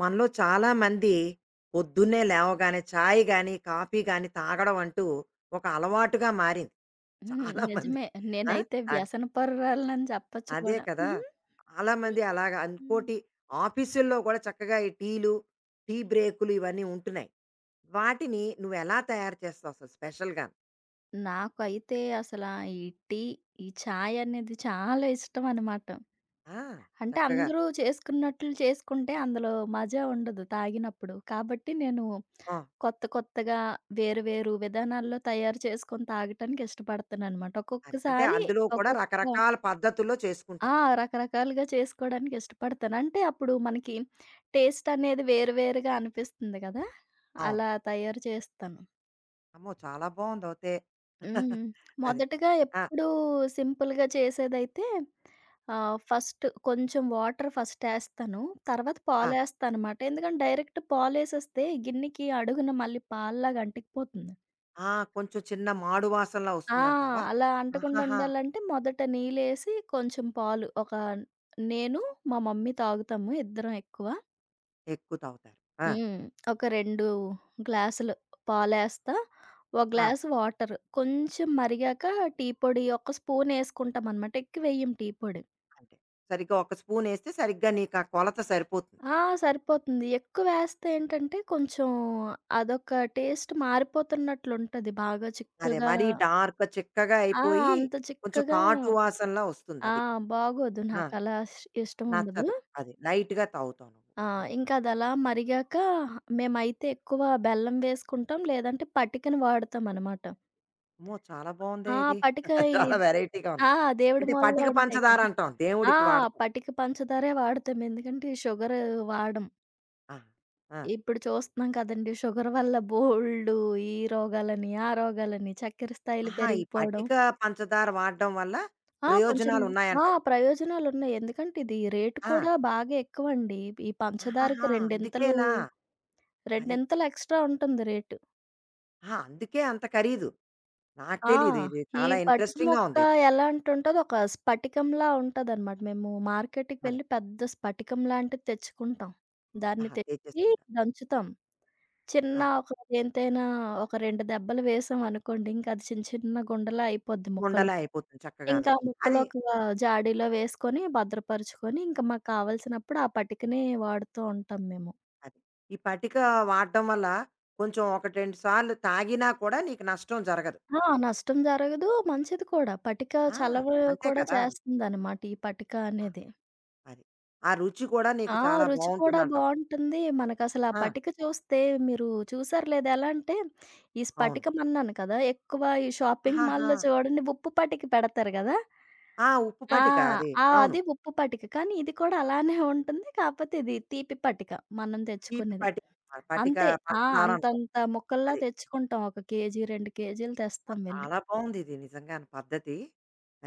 మనలో చాలా మంది పొద్దున్నే లేవగానే చాయ్ గాని, కాఫీ గాని తాగడం అంటూ ఒక అలవాటుగా మారింది. హ్మ్. చాలా మంది. నిజమే. ఆ! నేనైతే అద్ వ్యసనపరురాలినని చెప్పచ్చు అదే కూడా. కదా! హ్మ్. చాలా మంది అలాగా హ్మ్. ఇంకోటి ఆఫీసుల్లో కూడా చక్కగా ఈ టీలు, టీ బ్రేకులు ఇవన్నీ ఉంటున్నాయి. వాటిని నువ్వెలా తయారు చేస్తావు అసలు స్పెషల్‌గాను? నాకైతే అసలా ఈ టీ, ఈ చాయ్ అనేది చాలా ఇష్టం అనమాట. ఆ! అంటే చక్కగా. అందరూ చేసుకున్నట్లు చేసుకుంటే అందులో మజా ఉండదు తాగినప్పుడు. కాబట్టి నేను ఆ! కొత్త కొత్తగా వేరు వేరు విధానాల్లో తయారు చేసుకొని తాగటానికి ఇష్టపడతాననమాట. అదే. అంటే ఒక్కొక్కసారి అందులో కూడా ఒక్కొక్క రకరకాల పద్ధతుల్లో చేసుకుంటాం. ఆ! రకరకాలుగా చేసుకోడానికి ఇష్టపడతాను. అంటే అప్పుడు మనకి టేస్ట్ అనేది వేరు వేరుగా అనిపిస్తుంది గదా! అవును. అలా తయారు చేస్తాను. అమ్మో! చాలా బావుందయితే. హ్మ్. అది. మొదటగా ఆ! ఎప్పుడూ సింపుల్‌గా చేసేదైతే ఫస్ట్ కొంచెం వాటర్ ఫస్ట్ ఏస్తాను. తర్వాత ఆ! పాలేస్తానమాట. ఎందుకంటే డైరెక్ట్ పాలేసేస్తే గిన్నెకి అడుగున మళ్ళీ పాల్లాగా అంటుకుపోతుంది. ఆ! కొంచెం చిన్న మాడు వాసనలా ఆ! వస్తుందంటావా? అలా అంటకుండా ఆహాహా! ఉండాలంటే మొదట నీళ్ళేసి కొంచెం పాలు నేను, మా మమ్మీ తాగుతాము ఇద్దరం ఎక్కువ. ఎక్కువ తాగుతారు. ఆ! హ్మ్. ఒక 2 గ్లాసులు పాలేస్తా. ఒక ఆ! Glass water. కొంచెం మరిగాక టీ పొడి ఒక స్పూనేసుకుంటామనమాట. ఎక్కువేయం టీ పొడి. అంతే. సరిగ్గా ఒక స్పూనేస్తే సరిగ్గా నీకా కొలత సరిపోతుంది. ఆ! సరిపోతుంది. ఎక్కువేస్తే ఏంటంటే కొంచెం అదొక టేస్ట్ మారిపోతున్నట్లుంటది. బాగా అదే చిక్కగా మరీ డార్క్ చిక్కగా ఆ! అయిపోయి, అంత కొంచెం చిక్కగా కాటు వాసనలా ఆ! వస్తుందది. బాగోదు. ఆ! నాకలా ఇష్టముండదు. నచ్చదు. అది లైట్‌గా తాగుతావు నువ్వు. ఆ! అది. ఇంకదలా మరిగాక మేమైతే ఎక్కువ బెల్లం వేసుకుంటాం. లేదంటే పటికను వాడతామనమాట. అమ్మో! చాలా బావుందే ఆ! ఇది. పటిక ఈ చాలా వెరైటీగా ఉంది. ఆ! దేవుడి అంటే మూలలో పటిక ఉంటాయి పంచదార కదా! అంటాం. ఆ! దేవుడికి వాడతాం. పటిక పంచదారే వాడతాం. ఎందుకంటే షుగర్ వాడం. ఆ! ఆ! ఇప్పుడు చూస్తున్నాం కదండీ! షుగర్ వల్ల బోలెడు ఈ రోగాలని, ఆ రోగాలని, చక్కెర స్థాయిలు ఆహా! ఈ పెరిగిపోవడం. పటిక పంచదార వాడడం వల్ల ఆ! కొంచెం ఆ! ప్రయోజనాలున్నాయంటావు. ప్రయోజనాలున్నాయి. ఎందుకంటే ఇది రేటు ఆ! కూడా బాగా ఎక్కువండి. ఈ పంచదారకి ఆహాహా! రెండింతలు అందుకేనా? అది. రెండింతలు ఎక్స్‌ట్రా ఉంటుంది రేటు. ఆ! అందుకే అంత ఖరీదు. నాకు ఆ! తెలీదు ఇది. ఈ చాలా పటిక ఇంట్రెస్టింగ్‌గా మొక్క ఉంది ఇది. ఎలాంటుంటదో ఒక స్ఫటికంలా ఉంటదనమాట. మేము మార్కెట్‌కి అదే. వెళ్ళి పెద్ద స్ఫటికం లాంటిది తెచ్చుకుంటాం. దాన్ని ఆహా! తెచ్చి తెచ్చేసుకుంటా. దంచుతాం. చిన్న ఆ! ఒక దేనితైనా ఒక 2 దెబ్బలు వేసాం అనుకోండి, ఇంక అది చిన్న చిన్న గుండలా అయిపోద్ది ముక్కలు. ఉండలా అయిపోతుంది చక్కగాను. ఇంకా ఆ ముక్కలు అది, ఒక జాడీలో వేసుకొని భద్రపరుచుకొని, ఇంక మాకు కావాల్సినప్పుడు ఆ పటికని వాడుతూ ఉంటాం మేము. అది. ఈ పటిక వాడడం వల్ల కొంచెం 1, 2 సార్లు తాగినా కూడా నీకు నష్టం జరగదు. ఆ! నష్టం జరగదు. మంచిది కూడా. పటిక ఆ! చలవ అంతే కూడా కదా! చేస్తుందనమాట ఈ పటిక ఆ! అనేది. అది. ఆ రుచి కూడా ఆ! నీకు చాలా రుచి కూడా బావుంటుందంటావు. బావుంటుంది. మనకసల ఆ ఆ! పటిక చూస్తే మీరు చూసారో లేదో ఎలా అంటే, ఈ అవును. స్పటికం అన్నాను కదా! ఎక్కువ ఈ షాపింగ్ ఆహాహా! మాల్‌లో చూడండి ఉప్పు పటిక పెడతారు గదా! ఆ! ఉప్పు ఆ! పటిక అది. ఆ! అవును. అది ఉప్పు పటిక. కానీ ఇది కూడా అలానే ఉంటుంది. కాపోతే ఇది తీపి పటిక మనం తీపి తెచ్చుకునేది. పటిక. పటిక అంతే. ఆ! పంచదార అంటాం. అంతంత ముక్కల్లా అది. తెచ్చుకుంటాం. ఒక కేజీ, 2 కేజీలు ఆ! తెస్తాం వెళ్లి. చాలా బావుంది ఇది నిజంగాను పద్ధతి.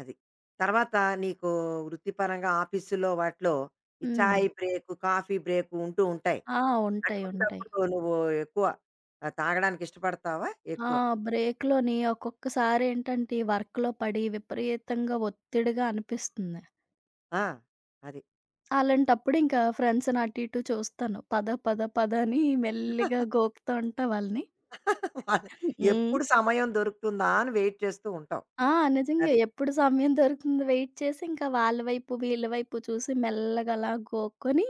అది. తర్వాత నీకు వృత్తిపరంగా ఆఫీసులో వాటిలో ఈ హ్మ్. చాయ్ బ్రేకు, కాఫీ బ్రేకు ఉంటూ ఉంటాయి. ఆ! ఉంటాయి. ఉంటాయి. అటువంటప్పుడు నువ్వు ఎక్కువ తాగడానికి ఇష్టపడతావా? ఆ! ఎక్కువ. బ్రేక్‌లోని ఒక్కొక్కసారేంటంటే, ఈ వర్క్‌లో పడి విపరీతంగా ఒత్తిడిగా అనిపిస్తుంది. ఆ! అది. అలాంటప్పుడు ఇంకా ఫ్రెండ్స్‌ని అటు ఇటు చూస్తాను. పద, పద, పద అని మెల్లిగా గోకుతూ ఉంటా వాళ్ళని. వాళ్ళు హ్మ్. ఎప్పుడు సమయం దొరుకుతుందా అని వెయిట్ చేస్తూ ఉంటావు. ఆ! నిజంగా అది. ఎప్పుడు సమయం దొరుకుతుందో వెయిట్ చేసి, ఇంకా వాళ్ళ వైపు, వీళ్ళ వైపు చూసి మెల్లగా అలా గోక్కొని,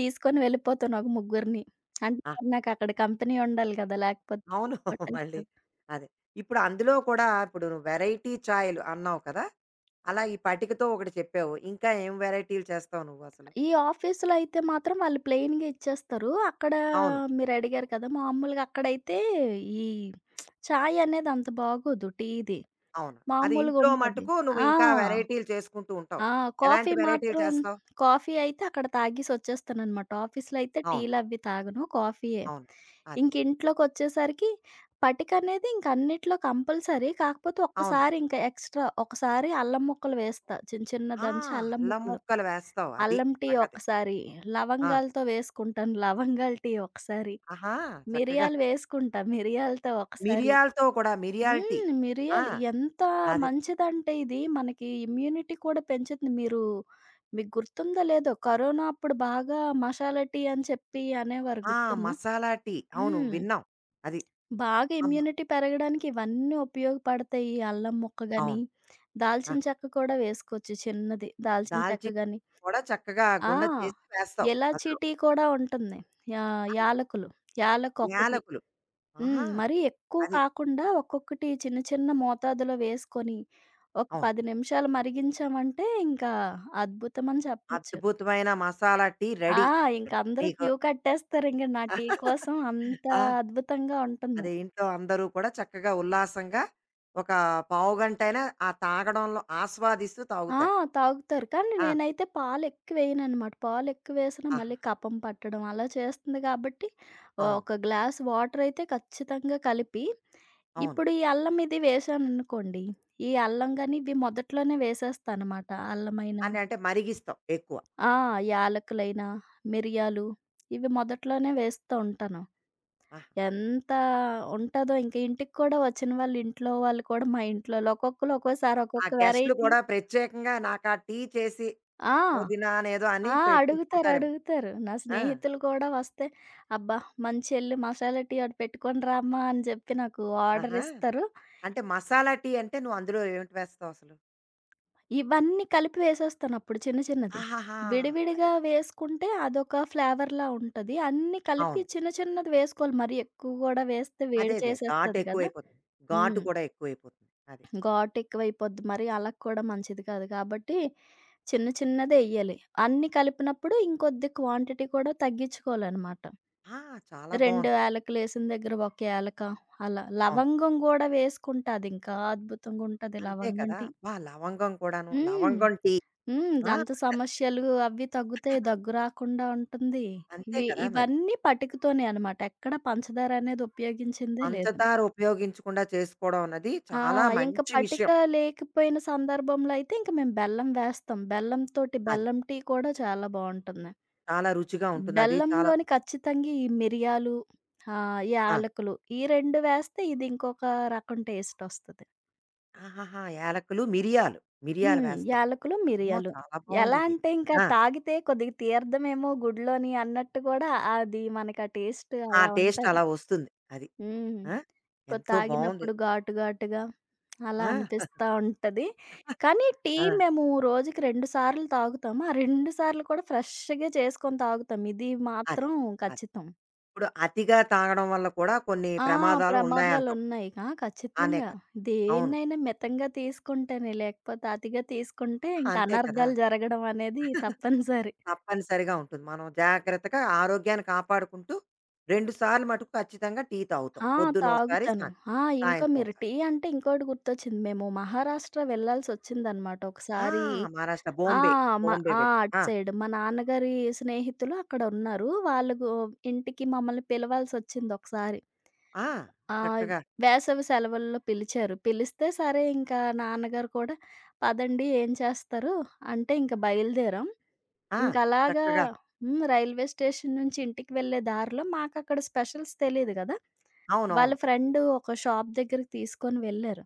తీసుకొని వెళ్ళిపోతాను ఒక ముగ్గురిని. అంటే ఆ! మరి నాకక్కడ కంపెనీ ఉండాలి కదా! లేకపోతే అవును. బోర్ మళ్ళీ. కొట్టేస్తది. అదే. ఇప్పుడు అందులో కూడా ఇప్పుడు నువ్వు వెరైటీ చాయ్‌లు అన్నావు కదా! అలా ఈ పటికతో ఒకటి చెప్పావు. ఇంకా ఏం వెరైటీలు చేస్తావు నువ్వసలు? ఈ ఆఫీస్‌లో అయితే మాత్రం వాళ్ళు ప్లెయిన్‌గా ఇచ్చేస్తారు. అక్కడ అవును. మీరు అడిగారు కదా! మామూలుగా అక్కడైతే ఈ చాయ్ అనేది అంత బాగోదు టీది. అవును. అది ఇంట్లో మామూలుగుంటది. మటుకు నువ్వు ఆ! ఇంకా వెరైటీలు చేసుకుంటూ ఉంటావు. ఆ! కాఫీ ఎలాంటి వెరైటీలు మాత్రం చేస్తావు? కాఫీ అయితే అక్కడ తాగేసొచ్చేస్తాననమాట. ఆఫీస్‌లో అయితే అవును. టీలవి తాగను. కాఫీయే. అవును. అదే. ఇంక ఇంట్లోకొచ్చేసరికి పటికనేది ఇంక అన్నిట్లో కంపల్సరీ. కాకపోతే అవును. ఒక్కసారి ఇంక ఎక్స్‌ట్రా ఒకసారి అల్లం ముక్కలు వేస్తా. చిన్న చిన్న ఆ! దంచి అల్లం అల్లం ముక్కలు. ముక్కలు వేస్తావు. అది అల్లం టీ సంగతి. ఒకసారి, ఆ! లవంగాలతో వేసుకుంటాను లవంగాల టీ ఒకసారి, ఆహా! చక్కగా మిరియాలు వేసుకుంటా మిరియాలతో ఒకసారి. మిరియాలతో కూడా మిరియాల టీ. హ్మ్. ఆ! మిరియాలు ఎంత అది. మంచిదంటే ఇది మనకి ఇమ్యూనిటీ కూడా పెంచుతుంది. మీకు గుర్తుందో లేదో కరోనా అప్పుడు బాగా మసాలా టీ అని చెప్పి అనేవారు ఆ! గుర్తుందా? మసాలా టీ. అవును హ్మ్. విన్నాం. అది. బాగా అమ్మ ఇమ్యూనిటీ పెరగడానికి ఇవన్నీ ఉపయోగపడతాయి. ఈ అల్లం ముక్క గాని, అవును. ఆ! దాల్చిన చెక్క కూడా వేసుకోవచ్చు చిన్నది దాల్చిన చెక్క దాల్చిన గాని. కూడా చక్కగా ఆ! గుండ చేసి వేస్తావు ఇలాచీ అందులో. టీ కూడా ఉంటుంది. యా ఆ! యాలకులు. యాలకి ఒక్కటి. యాలకులు. హ్మ్. ఆహా! మరీ ఎక్కువ అది. కాకుండా ఒక్కొక్కటి చిన్న చిన్న మోతాదులో వేసుకొని, ఒక అవును. 10 నిమిషాలు మరిగించామంటే ఇంకా అద్భుతమని చెప్పొచ్చు. అద్భుతమైన మసాలా టీ ఆ! రెడీ ఇంక ఇక్కడ అందరూ నీకు. క్యూ కట్టేస్తారింక నా టీ కోసం అంత ఆ! అద్భుతంగా ఉంటుంది. అదే ఇంట్లో అందరూ కూడా చక్కగా ఉల్లాసంగా ఒక పావుగంటైనా ఆ తాగడంలో ఆస్వాదిస్తూ ఆ! తాగుతారు. తాగుతారు. కానీ ఆ! నేనైతే పాలెక్కువేయననమాట. పాలెక్కువేసినా ఆహా! మళ్ళీ కఫం పట్టడం అలా చేస్తుంది కాబట్టి అవును. ఒక గ్లాస్ వాటరయితే ఖచ్చితంగా కలిపి అవును. ఇప్పుడు ఈ అల్లం ఇది వేశాననుకోండి, ఈ ఆ! అల్లం గాని ఇవి మొదట్లోనే వేసేస్తానమాట. అల్లమైన అని అంటే మరిగిస్తాం ఎక్కువ. ఆ! యాలకులైనా, మిరియాలు ఇవి మొదట్లోనే వేస్తూ ఉంటాను. ఆహా! ఎంత ఉంటదో ఇంక ఇంటికి కూడా వచ్చిన వాళ్ళు ఇంట్లో వాళ్ళు కూడా మా ఇంట్లోళ్ళు ఒక్కొక్కళ్ళు ఒక్కోసారి ఆ ఒక్కొక్క గెస్టులు వెరైటీ కూడా ప్రత్యేకంగా నాకా టీ చేసి ఆ! పుదీనానేదో అని ఆ! అడుగుతారు. పెట్టించుకుంటారేమో. అడుగుతారు. నా ఆ! స్నేహితులు కూడా వస్తే, "అబ్బా! మంచి ఎళ్లి మసాలా టీ ఒకటి పెట్టుకొని రామ్మా" అని చెప్పి నాకు ఆర్డర్ ఆహా! ఇస్తారు. అంటే మసాలా టీ అంటే నువ్వు అందులో ఏమిటి వేస్తావు అసలు? ఇవన్నీ కలిపి వేసేస్తాను అప్పుడు చిన్న చిన్నది. ఆహాహా! అది. విడివిడిగా వేసుకుంటే అదొక ఫ్లేవర్‌లా ఉంటది. అన్నీ కలిపి అవును. చిన్న చిన్నది వేసుకోవాలి. మరీ ఎక్కువ కూడా వేస్తే అదే వేడి అదే. ఘాటు చేసేస్తది కదా! ఎక్కువైపోతుంది. ఘాటు హ్మ్. కూడా ఎక్కువైపోతుంది. అది. ఘాటు ఎక్కువైపోద్ది. మరి అలా కూడా మంచిది కాదు. కాబట్టి చిన్న చిన్నదే ఎయ్యాలి. అన్నీ కలిపినప్పుడు ఇంకొద్ది క్వాంటిటీ కూడా తగ్గించుకోవాలనమాట. ఆ! చాలా 2 బావుంది. యాలకులేసిన దగ్గర ఒక యాలక అలా. అవును. లవంగం గూడా వేసుకుంటా అదింకా అద్భుతంగుంటది అంతే లవంగం కదా! టీ. అబ్బా! లవంగం కూడాను. హ్మ్. లవంగం టీ. హ్మ్. ఆ! దంత సమస్యలు అవి తగ్గుతాయి. దగ్గు రాకుండా ఉంటుంది. అంతే కదా మరి. ఇవన్నీ పటికతోనే అనమాట. ఎక్కడ పంచదార అనేది ఉపయోగించిందే లేదు. పంచదార ఉపయోగించకుండా చేసుకోవడం అన్నది ఆ! చాలా ఇంక మంచి పటిక విషయం. లేకపోయిన సందర్భంలో అయితే ఇంక మేము బెల్లం వేస్తాం. బెల్లంతోటి అది. బెల్లం టీ కూడా చాలా బావుంటుంది. చాలా రుచిగా ఉంటుంది. అది చాలా బెల్లంలోని ఖచ్చితంగా ఈ మిరియాలు, ఆ! యాలకులు ఈ 2 వేస్తే ఇది ఇంకొక రకం టేస్టొస్తది. ఆహాహా! యాలకులు, మిరియాలు. మిరియాలు హ్మ్. వేస్తాం. యాలకులు, అమ్మో! మిరియాలు. చాలా ఎలా బావుందిది. అంటే ఇంకా ఆ! తాగితే కొద్దిగా తీర్థమేమో గుడిలోని అన్నట్టు గూడా అది మనకి ఆ టేస్ట్ ఆ అలా టేస్ట్ ఉంటది. అలా వస్తుంది. అది. హ్మ్. ఆ! ఎంతో బావుంది. తాగినప్పుడు ఘాటు ఘాటుగా అలా ఆ! అనిపిస్తా ఉంటది. కానీ టీ ఆ! మేము రోజుకి 2 సార్లు తాగుతాము. ఆ 2 సార్లు కూడా ఫ్రెష్‌గా చేసుకొని తాగుతాం. ఇది అదే. మాత్రం అదే. ఖచ్చితం. ఇప్పుడు అతిగా తాగడం వల్ల కూడా కొన్ని ఆ! ప్రమాదాలు ఉన్నాయంటావు. ప్రమాదాలున్నాయిగా అనే ఖచ్చితంగా. కదా! అవును. దేన్నైనా మితంగా తీసుకుంటేనే, లేకపోతే అతిగా తీసుకుంటే ఇంక అంతే కదా! అనర్థాలు జరగడం అనేది తప్పనిసరి. తప్పనిసరిగా ఉంటుంది. మనం జాగ్రత్తగా ఆరోగ్యాన్ని కాపాడుకుంటూ 2 సార్లు మటుకు ఖచ్చితంగా టీ తాగుతాం. ఆ! పొద్దునోసారి తాగుతాను. ఆ! ఇంకా సాయంత్రం మీరు ఒకసారి. టీ అంటే ఇంకోటి గుర్తొచ్చింది. మేము మహారాష్ట్ర వెళ్ళాల్సొచ్చిందనమాట ఆ! ఒకసారి. మహారాష్ట్ర ఆ! బాంబే. మ బాంబే ఆ! వెళ్ అటు ఆ! సైడ్. మా నాన్నగారి స్నేహితులు అక్కడ ఉన్నారు. వాళ్ళకు ఇంటికి మమ్మల్ని పిలవాల్సొచ్చిందొకసారి. ఆ! ఆ! చక్కగా వేసవి సెలవుల్లో పిలిచారు. పిలిస్తే సరే ఇంకా నాన్నగారు కూడా పదండి ఏం చేస్తారు? అంటే ఇంక బయలుదేరాం. ఆ! ఇంకలాగా చక్కగా హ్మ్. రైల్వే స్టేషన్ నుంచి ఇంటికి వెళ్ళే దారిలో మాకక్కడ స్పెషల్స్ తెలీదు గదా! వాళ్ళ అవునవును. ఫ్రెండ్ ఒక షాప్ దగ్గరికి తీసుకొని వెళ్ళారు.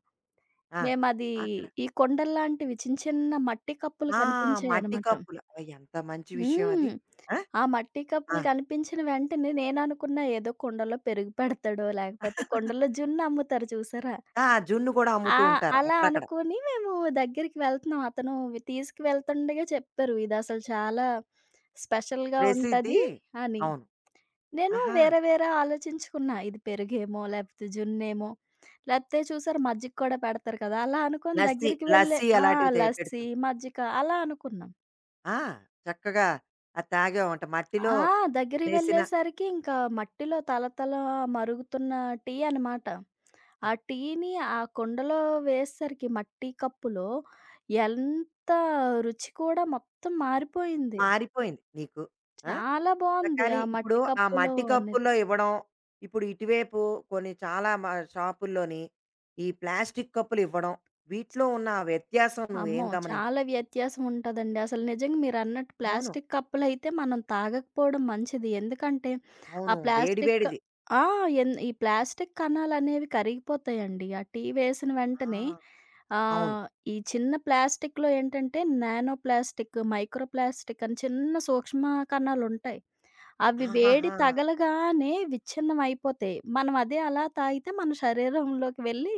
ఆ! మేమది అక్కడ ఈ కుండల్లాంటివి చిన్న చిన్న మట్టి కప్పులు ఆ! మట్టి కనిపించాయనమాట. కప్పులు. అవి ఎంత మంచి విషయం అది. హ్మ్. ఆ! ఆ మట్టి ఆ! కప్పులు కనిపించిన వెంటనే నేననుకున్నా ఏదో కుండలో పెరుగు పెడతాడో, లేకపోతే కుండలో జున్ను అమ్ముతారు చూసారా? ఆ! జున్ను కూడా ఆ! అమ్ముతూ ఉంటారు అలా అక్కడక్కడ. అనుకోని మేము దగ్గరికి వెళ్తున్నాం. అతను వి తీసుకువెళ్తుండగా చెప్పారు. ఇదసలు చాలా స్పెషల్‌గా ప్రసిద్ధి ఉంటది అని. అవును. నేను ఆహా! వేరే వేరే ఆలోచించుకున్నా. ఇది పెరుగేమో, లేకపోతే జున్నేమో, లేకపోతే చూసారు మజ్జిగ కూడా పెడతారు కదా! అలా అనుకోని లస్సీ, దగ్గరికి వెళ్ళే లస్సీ ఆ! అలాంటివి తే పెడుతూ లస్సీ, మజ్జిగ అలా అనుకున్నాం. ఆ! చక్కగా అది తాగావంట. మట్టిలో ఆ! దగ్గరికి చేసిన వెళ్ళేసరికి ఇంకా మట్టిలో తళతళ మరుగుతున్న టీ అనమాట. ఆ! ఆ టీని ఆ కుండలో వేసేసరికి మట్టి కప్పులో ఎంత రుచి కూడా మొత్తం మారిపోయింది. మారిపోయింది నీకు. ఆ! చాలా బావుంది. కానీ ఆ ఇప్పుడు మట్టి ఆ కప్పులో మట్టి అనేది. కప్పుల్లో ఇవ్వడం, ఇప్పుడు ఇటువైపు కొన్ని చాలా షాపుల్లోని ఈ ప్లాస్టిక్ కప్పులు ఇవ్వడం, వీటిలో ఉన్న ఆ వ్యత్యాసం అమ్మో! నువ్వేం గమనించావు? చాలా వ్యత్యాసం ఉంటదండి. అసలు నిజంగా మీరన్నట్టు అవును. ప్లాస్టిక్ కప్పులైతే మనం తాగకపోవడం మంచిది. ఎందుకంటే ఆ అవును. వేడి ప్లాస్టిక్ వేడిది. ఆ! ఎన్ ఈ ప్లాస్టిక్ కణాలనేవి కరిగిపోతాయండి. ఆ టీ వేసిన ఆ! వెంటనే ఆ! అవును. ఈ చిన్న ప్లాస్టిక్‌లో ఏంటంటే నానో ప్లాస్టిక్, మైక్రో ప్లాస్టిక్ అని చిన్న సూక్ష్మ కణాలుంటాయి. అవి వేడి ఆహాహా! తగలగానే విచ్ఛిన్నం అయిపోతాయి. మనం అదే అలా తాగితే మన శరీరంలోకి వెళ్ళి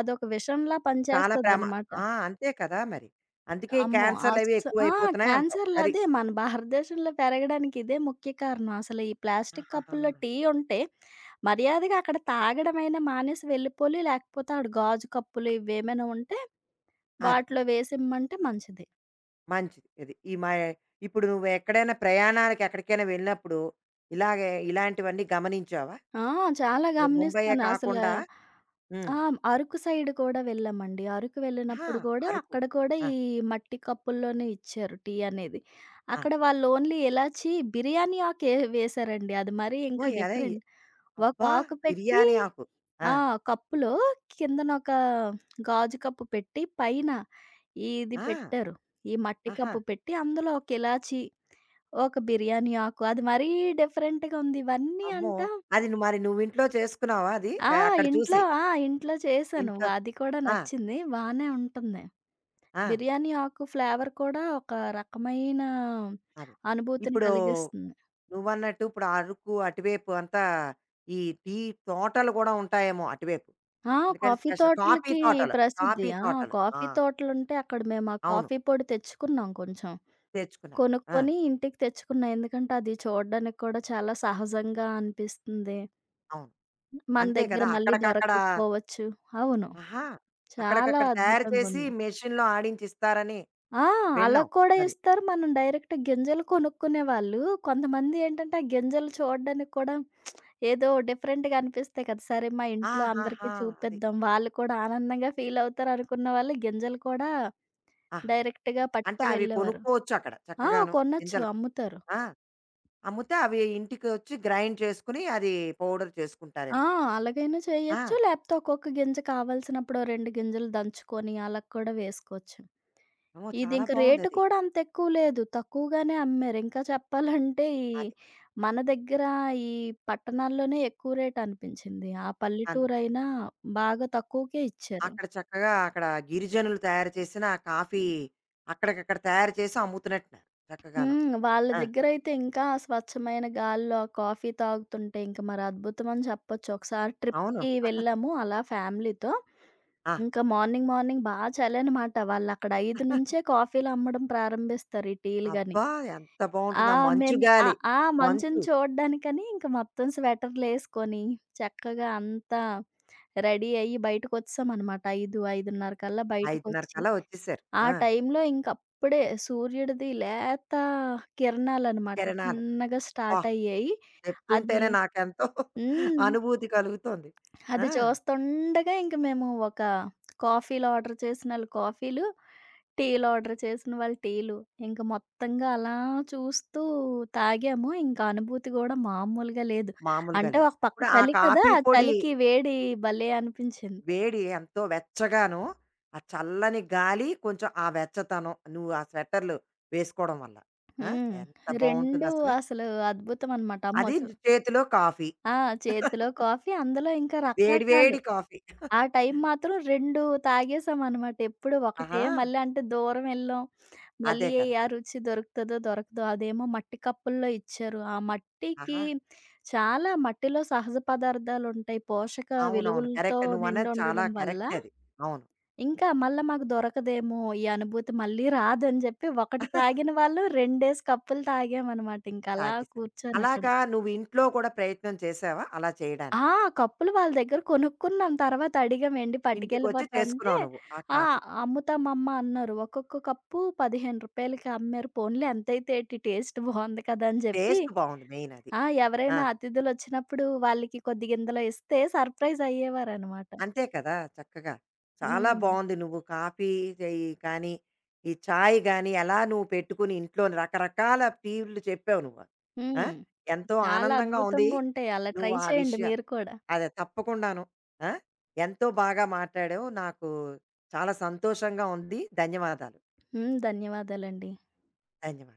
అదొక విషంలా చాలా పనిచేస్తదనమాట. ఆ! అంతే కదా మరి. అందుకే ఈ అమ్మో! క్యాన్సర్‌లవి అస్స ఆ! ఎక్కువైపోతున్నాయి అంటావు. అది. క్యాన్సర్‌లదే మన భారతదేశంలో పెరగడానికి ఇదే ముఖ్య కారణం. అసలు ఈ ప్లాస్టిక్ ఆహాహా! కప్పుల్లో టీ ఉంటే మర్యాదగా అక్కడ తాగడమైనా మానేసి వెళ్ళిపోవాలి. లేకపోతే ఆడ గాజు కప్పులు ఇవేమైనా ఉంటే అది. వాటిలో వేసిమ్మంటే మంచిది. మంచిది. ఇది. ఈ మా ఇప్పుడు నువ్వెక్కడైనా ప్రయాణానికి ఎక్కడికైనా వెళ్ళినప్పుడు, ఇలాగే ఇలాంటివన్నీ గమనించావా? ఆ! చాలా ఇప్పుడు ముంబయ్యే గమనిస్తాను. అసలా కాకుండా హ్మ్. ఆ! అరకు సైడ్ కూడా వెళ్ళామండి. అరకు ఆహా! వెళ్ళినప్పుడు గూడా అరకు. అక్కడ కూడా ఆ! ఈ మట్టి కప్పుల్లోనే ఇచ్చారు టీ అనేది. ఆ! అక్కడ వాళ్ళు ఓన్లీ ఇలాచి, బిర్యానీ ఆకే వేశారండి. అది మరీ ఇంకా ఓహ్! డిఫరెంట్. ఒక అబ్బా! ఆకు పెట్టి బిర్యానీ ఆకు. ఆ! ఆ! కప్పులో కిందనొక గాజు కప్పు పెట్టి పైన ఇది ఆ! పెట్టారు. ఈ మట్టి ఆహా! కప్పు పెట్టి అందులో ఒక ఇలాచి ఒక బిర్యానీ ఆకు. అది మరీ డిఫరెంట్‌గా ఉంది. ఇవన్నీ అమ్మో! అంట అది ను మరి నువ్వింట్లో చేసుకున్నావా అది? ఆ! అక్కడ చూసి. ఇంట్లో చేశాను. ఇంట్లో అది కూడా ఆ! నచ్చింది. బానే ఉంటుంది. ఆ! బిర్యానీ ఆకు ఫ్లేవర్ కూడా ఒక రకమైన అదే. అనుభూతిని ఇప్పుడు కలిగిస్తుంది. నువ్వన్నట్టు ఇప్పుడు అరకు అటువైపు అంతా ఈ టీ తోటలు గూడా ఉంటాయేమో అటువైపు. ఆ! అందుకని కాఫీ స్పెషల్. కాఫీ తోటలకి తోటలు. ప్రసిద్ధి. కాఫీ ఆ! తోటలు. ఆ! కాఫీ తోటలుంటే అక్కడ మేము ఆ అవును. కాఫీ పొడి తెచ్చుకున్నాం కొంచెం. తెచ్చుకున్నారు. ఆ! కొనుక్కొని ఇంటికి తెచ్చుకున్నాం. ఎందుకంటే అది చూడడానికి కూడా చాలా సహజంగా అనిపిస్తుంది. అవును. మన అంతే దగ్గర కదా! మళ్ళీ అక్కడికక్కడ దొరకకపోవచ్చు. అవును. ఆహా! చాలా అక్కడికక్కడ తయారు చేసి అద్భుతంగుంది. మెషిన్‌లో ఆడించిస్తారని ఆ! అలా విన్నాం. కూడా అది. ఇస్తారు. మనం డైరెక్ట్ గింజలు కొనుక్కునేవాళ్ళు. కొంతమంది ఏంటంటే, ఆ గింజలు చూడడానికి కూడా ఏదో డిఫరెంట్‌గా అనిపిస్తాయి కదా! సరే మా ఇంట్లో అందరికీ ఆహాహా! అది. చూపిద్దాం. వాళ్ళు కూడా ఆనందంగా ఫీల్ అవుతారు అనుకున్న వాళ్ళు గింజలు కూడా ఆహా! డైరెక్ట్‌గా అంటే పట్టుకు అవి వెళ్ళేవారు. కొనుక్కోవచ్చు అక్కడ ఆ! చక్కగాను. కొనొచ్చు. గింజలు. అమ్ముతారు. ఆ! అమ్ముతే అవి ఇంటికొచ్చి గ్రైండ్ చేసుకొని అది పౌడర్ ఆ! చేసుకుంటారేమో. అలాగైనా ఆ! చేయొచ్చు. లేపోతే ఒక్కొక్క గింజ కావాల్సినప్పుడు ఓ 2 గింజలు దంచుకొని అలా కూడా వేసుకోవచ్చు. అమ్మో! చాలా ఇదింక రేటు బావుందది. కూడా అంతెక్కువ లేదు. తక్కువగానే అమ్మారు. ఇంకా చెప్పాలంటే అది. మన దగ్గర ఈ పట్టణాల్లోనే ఎక్కువ రేటనిపించింది. ఆ అంతే. పల్లెటూరైనా బాగా తక్కువకే ఇచ్చారు. అక్కడ చక్కగా అక్కడ గిరిజనులు తయారు చేసిన ఆ కాఫీ అక్కడికక్కడ తయారు చేసి అమ్ముతున్నట్టున్నారు చక్కగాను. హ్మ్. వాళ్ళ ఆ! దగ్గరైతే ఇంకా స్వచ్ఛమైన గాలిలో ఆ కాఫీ తాగుతుంటే ఇంక మరి అద్భుతం అని చెప్పొచ్చు. ఒకసారి అవును. ట్రిప్‌కి వెళ్ళాము అలా ఫ్యామిలీతో. ఆ! ఇంకా మార్నింగ్ మార్నింగ్ బా చలనమాట. వాళ్ళక్కడ 5 నుంచే కాఫీలు అమ్మడం ప్రారంభిస్తారు. ఈ టీలు గాని. అబ్బా! ఎంత ఆ! బావుంటుంది. ఆ మంచు మేము ఆ! గాలి, ఆ మంచుని మంచు చూడ్డానికని ఇంక మొత్తం స్వెటర్‌లేసుకొని, చక్కగా అంతా రెడీ అయ్యి బయటకొచ్చేసామనమాట. 5, 5:30 కల్లా 5:30 బయటకొచ్చి, కల్లా వచ్చేసారు. ఆ ఆ! టైంలో ఇంకప్పుడే సూర్యుడిది లేత కిరణాలనమాట కిరణాలు. చిన్నగా అబ్బా! స్టార్ట్ అయ్యాయి. అది చెప్తుంటేనే నాకెంతో హ్మ్. అనుభూతి కలుగుతోంది. ఆ! అది చూస్తుండగా ఇంక మేము కాఫీలు ఆర్డర్ చేసిన ఆళ్ళు కాఫీలు టీలు ఆర్డర్ చేసిన వాళ్ళు టీలు. ఇంక మొత్తంగా అలా చూస్తూ తాగాము. ఇంకా అనుభూతి గూడా మామూలుగా లేదు. మామూలుగా అంటే లేదు. ఒక పక్క ఇప్పుడు ఆ చలి కదా! కాఫీ ఆ పొడి చలికి వేడి భలే అనిపించింది. వేడి ఎంతో వెచ్చగాను, ఆ చల్లని గాలి కొంచెం ఆ వెచ్చతనం. నువ్వు ఆ స్వెటర్‌లు వేసుకోవడం వల్ల. ఆ! హ్మ్. ఎంత 2 బావుంటుందసలు. అసలు అద్భుతం అనమాట. ఆ అది మొసం చేతిలో కాఫీ. ఆ! చేతిలో కాఫీ అందులో ఇంకా వేడి రకరకాలు. వేడి కాఫీ. ఆ టైం మాత్రం 2 తాగేసామనమాట. ఎప్పుడు ఒకటే ఆహా! మళ్ళీ అంటే దూరం వెళ్ళాం. అదే మళ్ళీ కదా! ఆ రుచి దొరుకుతదో దొరకదో. అదేమో మట్టి కప్పుల్లో ఇచ్చారు. ఆ మట్టికి ఆహా! చాలా మట్టిలో సహజ పదార్థాలుంటాయి. పోషక అవునవును. విలువలతో కరెక్ట్. నువ్వన్నది చాలా నిండుండడం వల్ల, కరెక్ట్ అది. అవును. ఇంకా మళ్ళా మాకు దొరకదేమో ఈ అనుభూతి మళ్ళీ రాదని జెప్పి ఒకటి తాగిన వాళ్ళు 2 కప్పులు తాగామనమాట. ఇంకలా తాగేశా. కూర్చొనక్కడ. అలాగా నువ్వు ఇంట్లో కూడా ప్రయత్నం చేశావా అలా ఆ! చేయడానికి? కప్పులు వాళ్ళ దగ్గర కొనుక్కున్నాం. తర్వాత అడిగాం "ఏండి ఇంటికొచ్చి పట్టుకెళ్ళిపోతా" అంటే, చేసుకున్నావు నువ్వు ఆ "ఆ! కాఫీ. అమ్ముతామమ్మా" అన్నారు. ఒక్కొక్క కప్పు రూ. 15కి అమ్మారు. పోన్లే ఎంతైతే ఏటి టేస్ట్ బావుంది కదా! అని జెప్పి టేస్ట్ బావుంది మెయిన్ అది. ఆ! ఆ! ఎవరైనా అతిథులొచ్చినప్పుడు వాళ్ళకి కొద్దిగా ఇందులో ఇస్తే సర్ప్రైజ్ అయ్యేవారనమాట. అంతే కదా! చక్కగా. చాలా హ్మ్. బావుంది నువ్వు కాఫీ చెయ్యి కానీ, ఈ చాయ్ గానీ, ఎలా నువ్వు పెట్టుకుని ఇంట్లోని రకరకాల టీలు చెప్పావు నువ్వు. ఆ! హ్మ్. ఎంతో చాలా ఆనందంగా ఉంది. అద్భుతంగుంటాయి. అలా నువ్వు ట్రై ఆ చేయండి విషయ మీరు కూడా. అదే తప్పకుండాను. ఆ! ఎంతో బాగా మాట్లాడావు. నాకు చాలా సంతోషంగా ఉంది. ధన్యవాదాలు. హ్మ్. ధన్యవాదాలండి. ధన్యవాదాలు.